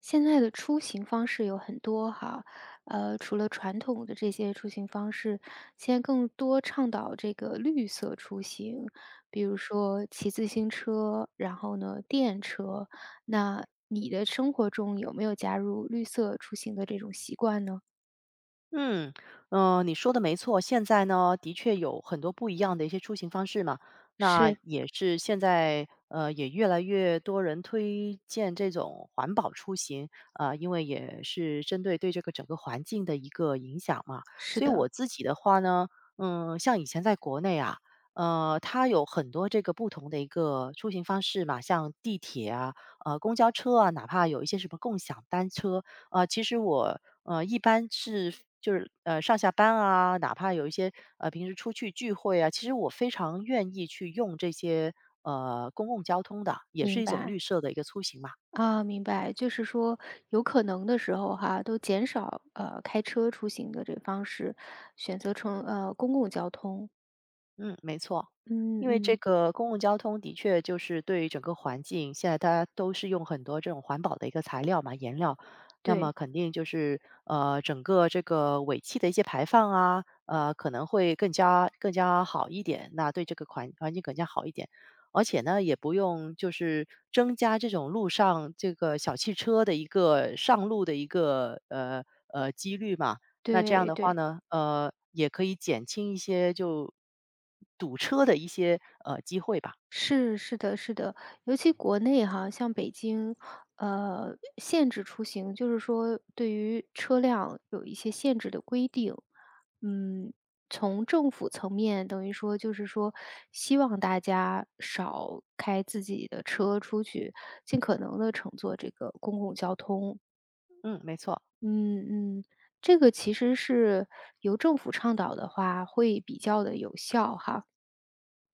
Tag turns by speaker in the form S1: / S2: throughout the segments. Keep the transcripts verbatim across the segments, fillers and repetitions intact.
S1: 现在的出行方式有很多哈，呃，除了传统的这些出行方式，现在更多倡导这个绿色出行，比如说骑自行车，然后呢，电车。那你的生活中有没有加入绿色出行的这种习惯呢？
S2: 嗯，呃，你说的没错，现在呢，的确有很多不一样的一些出行方式嘛。那
S1: 是，
S2: 也是现在，呃，也越来越多人推荐这种环保出行啊，因为也是针对对这个整个环境的一个影响嘛。
S1: 是
S2: 所以
S1: 的，
S2: 我自己的话呢，嗯，像以前在国内啊，呃，它有很多这个不同的一个出行方式嘛，像地铁啊，呃，公交车啊，哪怕有一些什么共享单车，啊，其实我呃，一般是就是呃上下班啊，哪怕有一些呃平时出去聚会啊，其实我非常愿意去用这些呃公共交通的，也是
S1: 明
S2: 一种
S1: 白
S2: 绿色的一个出行嘛。
S1: 啊，明白，就是说有可能的时候哈，都减少呃开车出行的这个方式，选择乘呃公共交通。
S2: 嗯，没错，
S1: 嗯
S2: 因为这
S1: 嗯。
S2: 个公共交通的确就是对整个环境，现在大家都是用很多这种环保的一个材料嘛，颜料，那么
S1: 对，
S2: 肯定就是呃，整个这个尾气的一些排放啊，呃，可能会更加更加好一点，那对这个环环境更加好一点，而且呢，也不用就是增加这种路上这个小汽车的一个上路的一个呃呃几率嘛，那这样
S1: 对
S2: 的话
S1: 对，
S2: 呢，呃，也可以减轻一些就堵车的一些呃机会吧。
S1: 是是的是的，尤其国内哈，像北京，呃，限制出行，就是说对于车辆有一些限制的规定。嗯，从政府层面等于说就是说，希望大家少开自己的车出去，尽可能的乘坐这个公共交通。
S2: 嗯，没错，
S1: 嗯嗯，这个其实是由政府倡导的话，会比较的有效哈，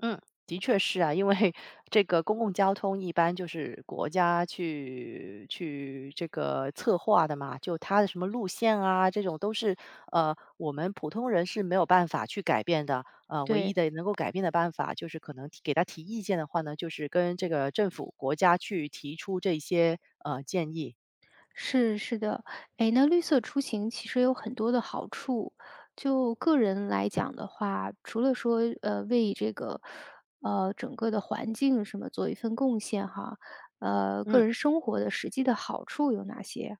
S2: 嗯，的确是啊，因为这个公共交通一般就是国家去去这个策划的嘛，就它的什么路线啊，这种都是呃我们普通人是没有办法去改变的。呃，唯一
S1: 对。
S2: 的能够改变的办法就是可能提给他提意见的话呢，就是跟这个政府国家去提出这些呃建议。
S1: 是是的，哎，那绿色出行其实有很多的好处。就个人来讲的话，除了说呃为这个呃整个的环境什么做一份贡献哈，呃，个
S2: 嗯。
S1: 人生活的实际的好处有哪些？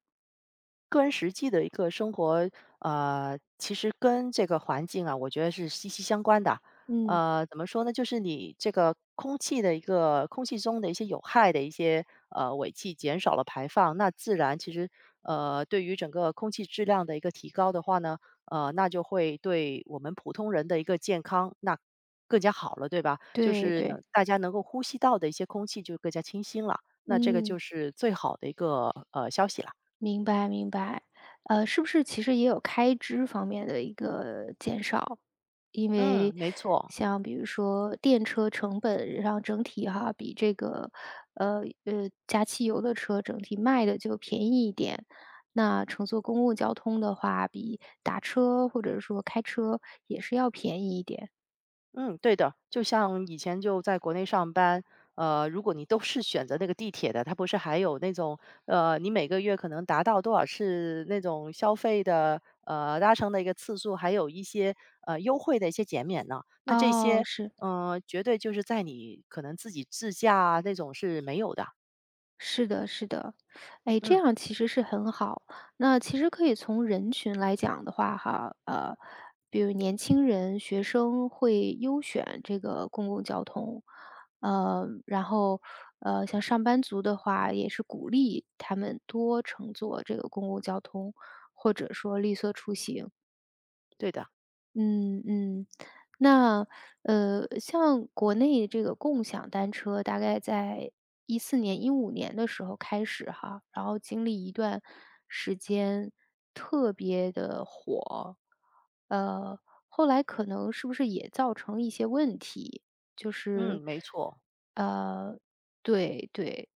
S2: 个人实际的一个生活，呃，其实跟这个环境啊，我觉得是息息相关的。
S1: 嗯，
S2: 呃，怎么说呢？就是你这个空气的一个空气中的一些有害的一些呃尾气减少了排放，那自然其实呃对于整个空气质量的一个提高的话呢，呃，那就会对我们普通人的一个健康那更加好了，对吧？就
S1: 对
S2: 是
S1: 对，
S2: 能大家能够呼吸到的一些空气就更加清新了，那这个
S1: 嗯。
S2: 就是最好的一个呃消息了。
S1: 明白明白，呃，是不是其实也有开支方面的一个减少？因
S2: 嗯，
S1: 为
S2: 没错，
S1: 像比如说电车成本上整体哈，比这个呃呃加汽油的车整体卖的就便宜一点，那乘坐公共交通的话，比打车或者说开车也是要便宜一点。
S2: 嗯，对的。就像以前就在国内上班，呃，如果你都是选择那个地铁的，它不是还有那种，呃，你每个月可能达到多少次那种消费的，呃，搭乘的一个次数，还有一些呃优惠的一些减免呢。那这
S1: 哦，
S2: 些，
S1: 是。
S2: 呃，绝对就是在你可能自己自驾啊那种是没有的。
S1: 是的，是的，哎，这
S2: 嗯，
S1: 样其实是很好。那其实可以从人群来讲的话，哈，呃，比如年轻人、学生会优选这个公共交通，呃，然后呃，像上班族的话，也是鼓励他们多乘坐这个公共交通，或者说绿色出行。
S2: 对的，
S1: 嗯嗯，那呃，像国内这个共享单车，大概在一四年、一五年的时候开始哈，然后经历一段时间特别的火，呃，后来可能是不是也造成一些问题，就
S2: 嗯，
S1: 是，
S2: 没错。
S1: 呃，对对，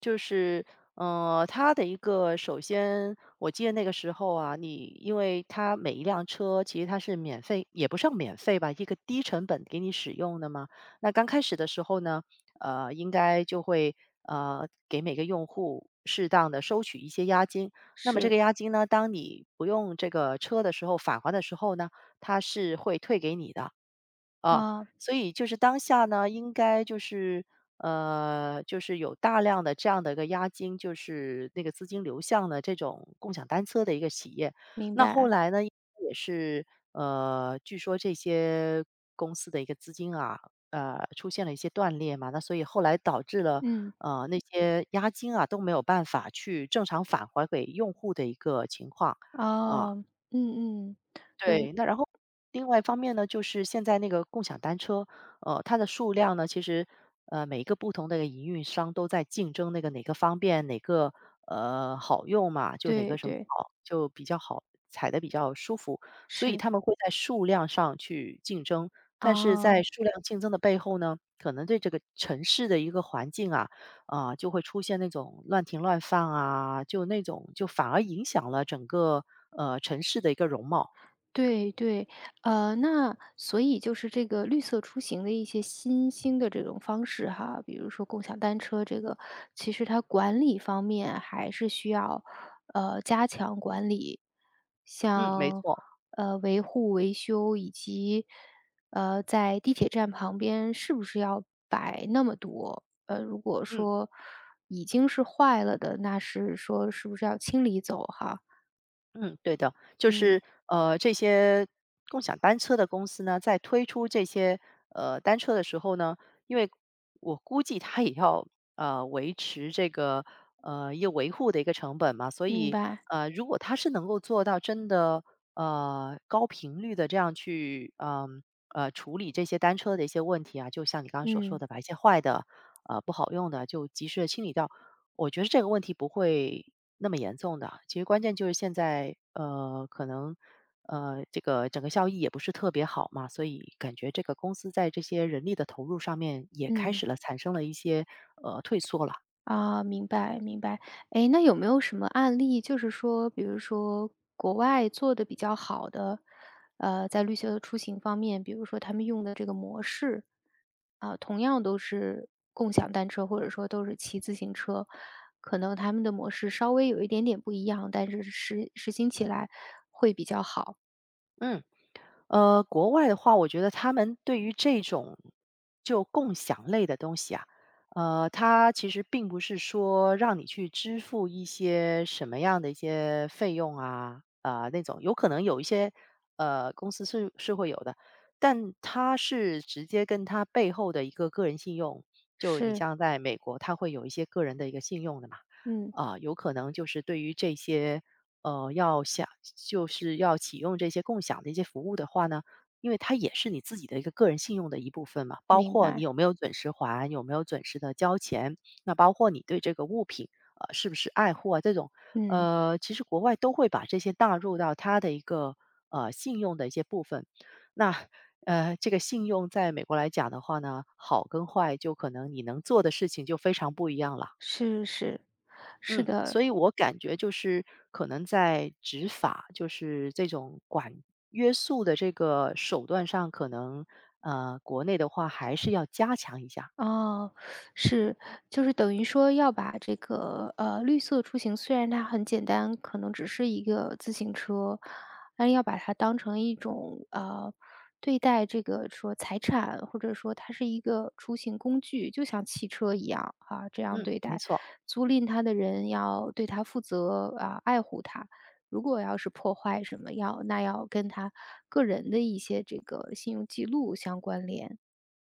S2: 就是，呃，它的一个首先，我记得那个时候啊，你因为它每一辆车其实它是免费，也不算免费吧，一个低成本给你使用的嘛。那刚开始的时候呢，呃，应该就会呃给每个用户适当的收取一些押金。那么这
S1: 是。
S2: 个押金呢，当你不用这个车的时候返还的时候呢，它是会退给你的。啊，
S1: 啊，
S2: 所以就是当下呢，应该就是呃，就是有大量的这样的一个押金，就是那个资金流向的这种共享单车的一个企业。
S1: 明
S2: 那后
S1: 白，
S2: 来呢，也是呃，据说这些公司的一个资金啊，呃，出现了一些断裂嘛，那所以后来导致了
S1: 嗯，
S2: 呃那些押金啊都没有办法去正常返还给用户的一个情况啊。
S1: 哦，嗯嗯，
S2: 对，
S1: 对
S2: 那然后另外一方面呢，就是现在那个共享单车，呃，它的数量呢，其实呃每一个不同的营运商都在竞争那个哪个方便，哪个呃好用嘛，就哪个
S1: 对
S2: 什么
S1: 对，
S2: 好，就比较好，踩的比较舒服，所以
S1: 是，
S2: 他们会在数量上去竞争。但是在
S1: 啊。
S2: 数量竞争的背后呢，可能对这个城市的一个环境啊，啊、就会出现那种乱停乱放啊，就那种就反而影响了整个呃城市的一个容貌。
S1: 对对，呃，那所以就是这个绿色出行的一些新兴的这种方式哈，比如说共享单车这个，其实它管理方面还是需要呃加强管理，
S2: 嗯，没
S1: 像
S2: 错，
S1: 呃维护维修以及呃在地铁站旁边是不是要摆那么多？呃，如果
S2: 嗯
S1: 说已经是坏了的，那是说是不是要清理走哈？
S2: 嗯，对的，就
S1: 嗯，
S2: 是呃，这些共享单车的公司呢，在推出这些呃单车的时候呢，因为我估计它也要呃维持这个呃一个维护的一个成本嘛，所
S1: 明
S2: 以
S1: 白，
S2: 呃，如果它是能够做到真的呃高频率的这样去嗯呃处理这些单车的一些问题啊，就像你刚刚所说
S1: 嗯
S2: 的，把一些坏的呃不好用的就及时的清理掉，我觉得这个问题不会那么严重的。其实关键就是现在，呃，可能，呃，这个整个效益也不是特别好嘛，所以感觉这个公司在这些人力的投入上面也开
S1: 嗯。
S2: 始了产生了一些呃退缩了。
S1: 啊，明白明白。哎，那有没有什么案例，就是说，比如说国外做的比较好的，呃，在绿色出行方面，比如说他们用的这个模式，啊，同样都是共享单车，或者说都是骑自行车，可能他们的模式稍微有一点点不一样，但是实实行起来会比较好。
S2: 嗯。呃，国外的话，我觉得他们对于这种就共享类的东西啊，呃，它其实并不是说让你去支付一些什么样的一些费用啊，啊、那种有可能有一些呃公司是是会有的，但它是直接跟它背后的一个个人信用，就你
S1: 是
S2: 像在美国，它会有一些个人的一个信用的嘛，
S1: 嗯，
S2: 啊、有可能就是对于这些。呃，要想就是要启用这些共享的一些服务的话呢，因为它也是你自己的一个个人信用的一部分嘛，包
S1: 明
S2: 括你
S1: 白。
S2: 有没有准时还，有没有准时的交钱，那包括你对这个物品，呃，是不是爱护啊这种，
S1: 嗯。
S2: 呃，其实国外都会把这些纳入到它的一个呃信用的一些部分。那呃，这个信用在美国来讲的话呢，好跟坏就可能你能做的事情就非常不一样了。
S1: 是是，是
S2: 嗯，
S1: 的，
S2: 所以我感觉就是可能在执法，就是这种管约束的这个手段上，可能呃，国内的话还是要加强一下。
S1: 哦，是，就是等于说要把这个呃绿色出行，虽然它很简单，可能只是一个自行车，但是要把它当成一种呃对待这个说财产，或者说它是一个出行工具，就像汽车一样啊，这样
S2: 嗯，
S1: 对
S2: 没
S1: 待，
S2: 错，
S1: 租赁它的人要对它负责啊，爱护它。如果要是破坏什么，要那要跟他个人的一些这个信用记录相关联。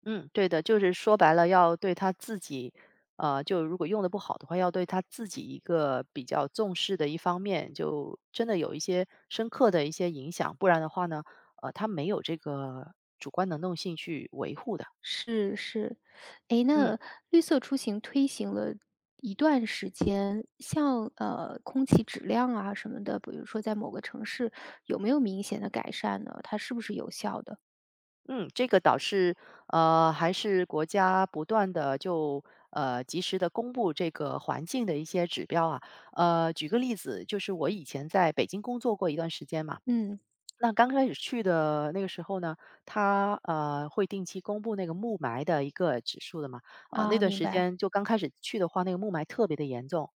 S2: 嗯，对的，就是说白了，要对他自己，呃，就如果用的不好的话，要对他自己一个比较重视的一方面，就真的有一些深刻的一些影响，不然的话呢，呃，他没有这个主观能动性去维护的。
S1: 是是，哎，
S2: 嗯。
S1: 那绿色出行推行了一段时间，像呃空气质量啊什么的，比如说在某个城市有没有明显的改善呢？它是不是有效的？
S2: 嗯，这个倒是，呃，还是国家不断的就，呃，及时的公布这个环境的一些指标啊。呃，举个例子，就是我以前在北京工作过一段时间嘛，
S1: 嗯，
S2: 那刚开始去的那个时候呢，他呃会定期公布那个雾霾的一个指数的嘛，啊、那
S1: 啊，
S2: 段
S1: 明
S2: 时
S1: 白，
S2: 间就刚开始去的话，那个雾霾特别的严重，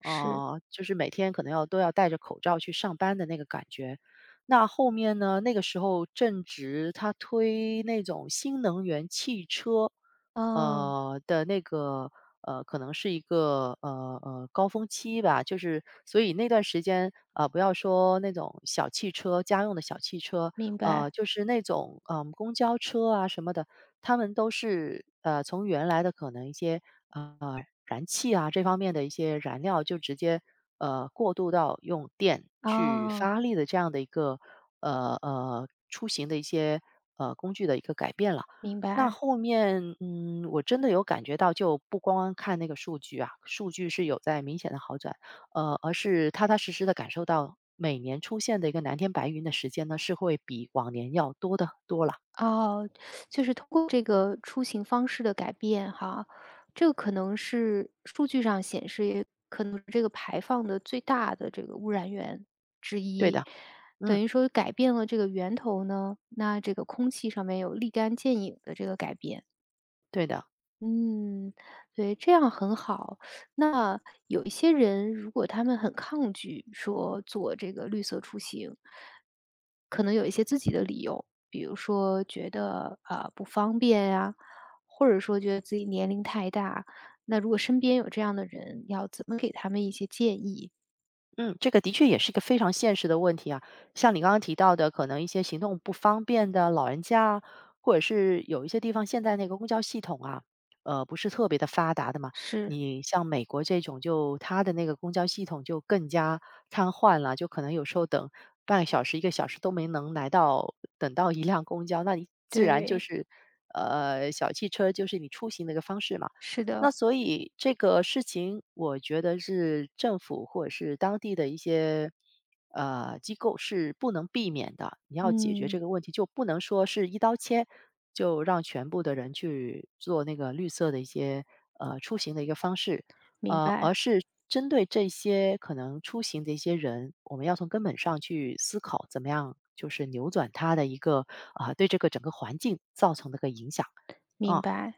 S1: 是，
S2: 呃，就是每天可能要都要戴着口罩去上班的那个感觉。那后面呢，那个时候正值他推那种新能源汽车，
S1: 嗯，
S2: 呃，的那个，呃，可能是一个，呃，呃，高峰期吧，就是所以那段时间啊，呃，不要说那种小汽车，家用的小汽车，
S1: 明
S2: 呃，
S1: 白，
S2: 就是那种，嗯，公交车啊什么的，他们都是，呃，从原来的可能一些，呃，燃气啊这方面的一些燃料，就直接，呃，过渡到用电去
S1: 哦，
S2: 发力的这样的一个，呃，呃，出行的一些，呃，工具的一个改变了。
S1: 明
S2: 那
S1: 白，
S2: 后面，嗯，我真的有感觉到，就不光光看那个数据啊，数据是有在明显的好转，呃，而是踏踏实实的感受到每年出现的一个蓝天白云的时间呢，是会比往年要多的多了。
S1: 哦，就是通过这个出行方式的改变哈，这个可能是数据上显示，也可能是这个排放的最大的这个污染源。
S2: 对的，嗯，
S1: 等于说改变了这个源头呢，那这个空气上面有立竿见影的这个改变。
S2: 对的。
S1: 嗯，对，这样很好。那有一些人，如果他们很抗拒说做这个绿色出行，可能有一些自己的理由，比如说觉得啊、呃不方便呀、或者说觉得自己年龄太大。那如果身边有这样的人，要怎么给他们一些建议？
S2: 嗯，这个的确也是一个非常现实的问题啊。像你刚刚提到的，可能一些行动不方便的老人家啊或者是有一些地方现在那个公交系统啊，呃，不是特别的发达的嘛。
S1: 是，
S2: 你像美国这种就，它的那个公交系统就更加瘫痪了，就可能有时候等半个小时、一个小时都没能来到，等到一辆公交，那你自然就
S1: 对，
S2: 是呃小汽车就是你出行的一个方式嘛。
S1: 是
S2: 那
S1: 的，
S2: 所以这个事情，我觉得是政府或者是当地的一些呃机构是不能避免的。你要解决这
S1: 嗯，
S2: 个问题，就不能说是一刀切，就让全部的人去做那个绿色的一些呃出行的一个方式，
S1: 明
S2: 呃，而
S1: 白。
S2: 是针对这些可能出行的一些人，我们要从根本上去思考，怎么样就是扭转他的一个啊、对这个整个环境造成的一个影响
S1: 明
S2: 啊。
S1: 白，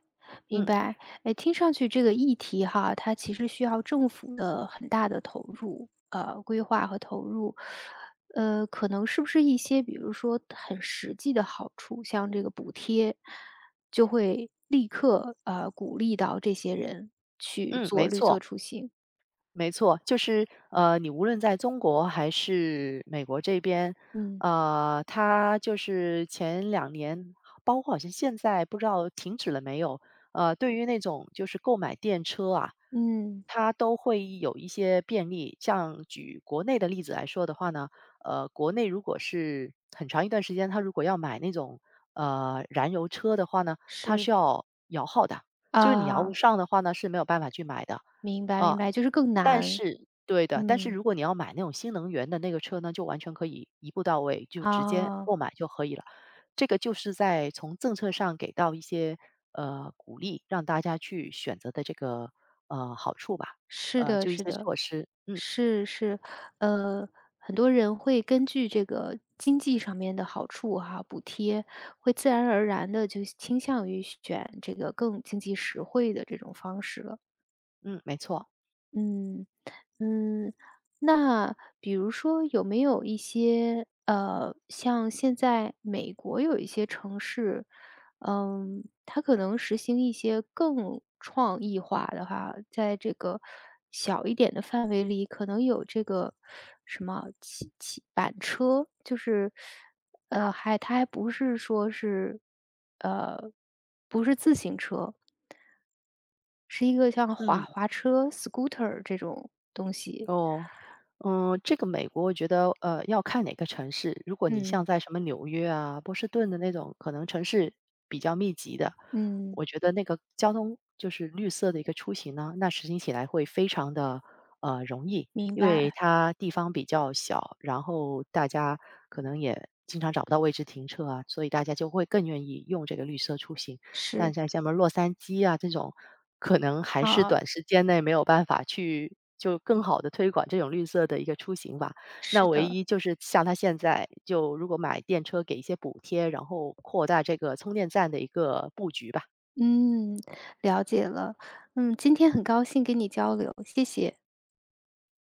S1: 明
S2: 嗯
S1: 白。哎，听上去这个议题哈，它其实需要政府的很大的投入，呃，规划和投入。呃，可能是不是一些比如说很实际的好处，像这个补贴，就会立刻呃鼓励到这些人去
S2: 嗯，没
S1: 做绿
S2: 错。
S1: 色出行。
S2: 没错，就是呃，你无论在中国还是美国这边，
S1: 嗯
S2: 呃，它就是前两年，包括好像现在不知道停止了没有，呃，对于那种就是购买电车啊，
S1: 嗯，
S2: 它都会有一些便利。像举国内的例子来说的话呢，呃，国内如果是很长一段时间，它如果要买那种呃燃油车的话呢，它
S1: 是
S2: 是要摇号的，就是你摇不
S1: 啊，
S2: 上的话呢是没有办法去买的。
S1: 明白明
S2: 啊。
S1: 白，就是更
S2: 但
S1: 难。
S2: 是对的，但是
S1: 嗯
S2: 如果你要买那种新能源的那个车呢，就完全可以一步到位，就直接
S1: 啊。
S2: 购买就可以了。这个就是在从政策上给到一些呃鼓励，让大家去选择的这个呃好处吧，
S1: 是
S2: 呃，
S1: 的，
S2: 就一
S1: 是
S2: 些
S1: 的，
S2: 措施。嗯
S1: 是是，呃，很多人会根据这个经济上面的好处哈，补贴，会自然而然的就倾向于选这个更经济实惠的这种方式了。
S2: 嗯，没错，
S1: 嗯，嗯，那比如说有没有一些，呃，像现在美国有一些城市，嗯，它可能实行一些更创意化的话，在这个小一点的范围里，可能有这个什么骑骑板车，就是，呃，还它还不是说是，呃，不是自行车，是一个像滑
S2: 嗯。
S1: 滑车 scooter 这种东西。
S2: 哦，嗯，这个美国我觉得，呃，要看哪个城市。如果你
S1: 嗯，
S2: 像在什么纽约啊、波士顿的那种，可能城市比较密集的，
S1: 嗯，
S2: 我觉得那个交通就是绿色的一个出行呢，那实行起来会非常的呃容易，
S1: 明
S2: 因为
S1: 白，
S2: 它地方比较小，然后大家可能也经常找不到位置停车啊，所以大家就会更愿意用这个绿色出行。但
S1: 是。
S2: 在像什么洛杉矶啊这种，可能还是
S1: 啊，
S2: 短时间内没有办法去就更好的推广这种绿色的一个出行吧。那
S1: 是
S2: 唯
S1: 的，
S2: 一就是像他现在就如果买电车给一些补贴，然后扩大这个充电站的一个布局吧。
S1: 嗯，了解了。嗯，今天很高兴跟你交流，谢谢。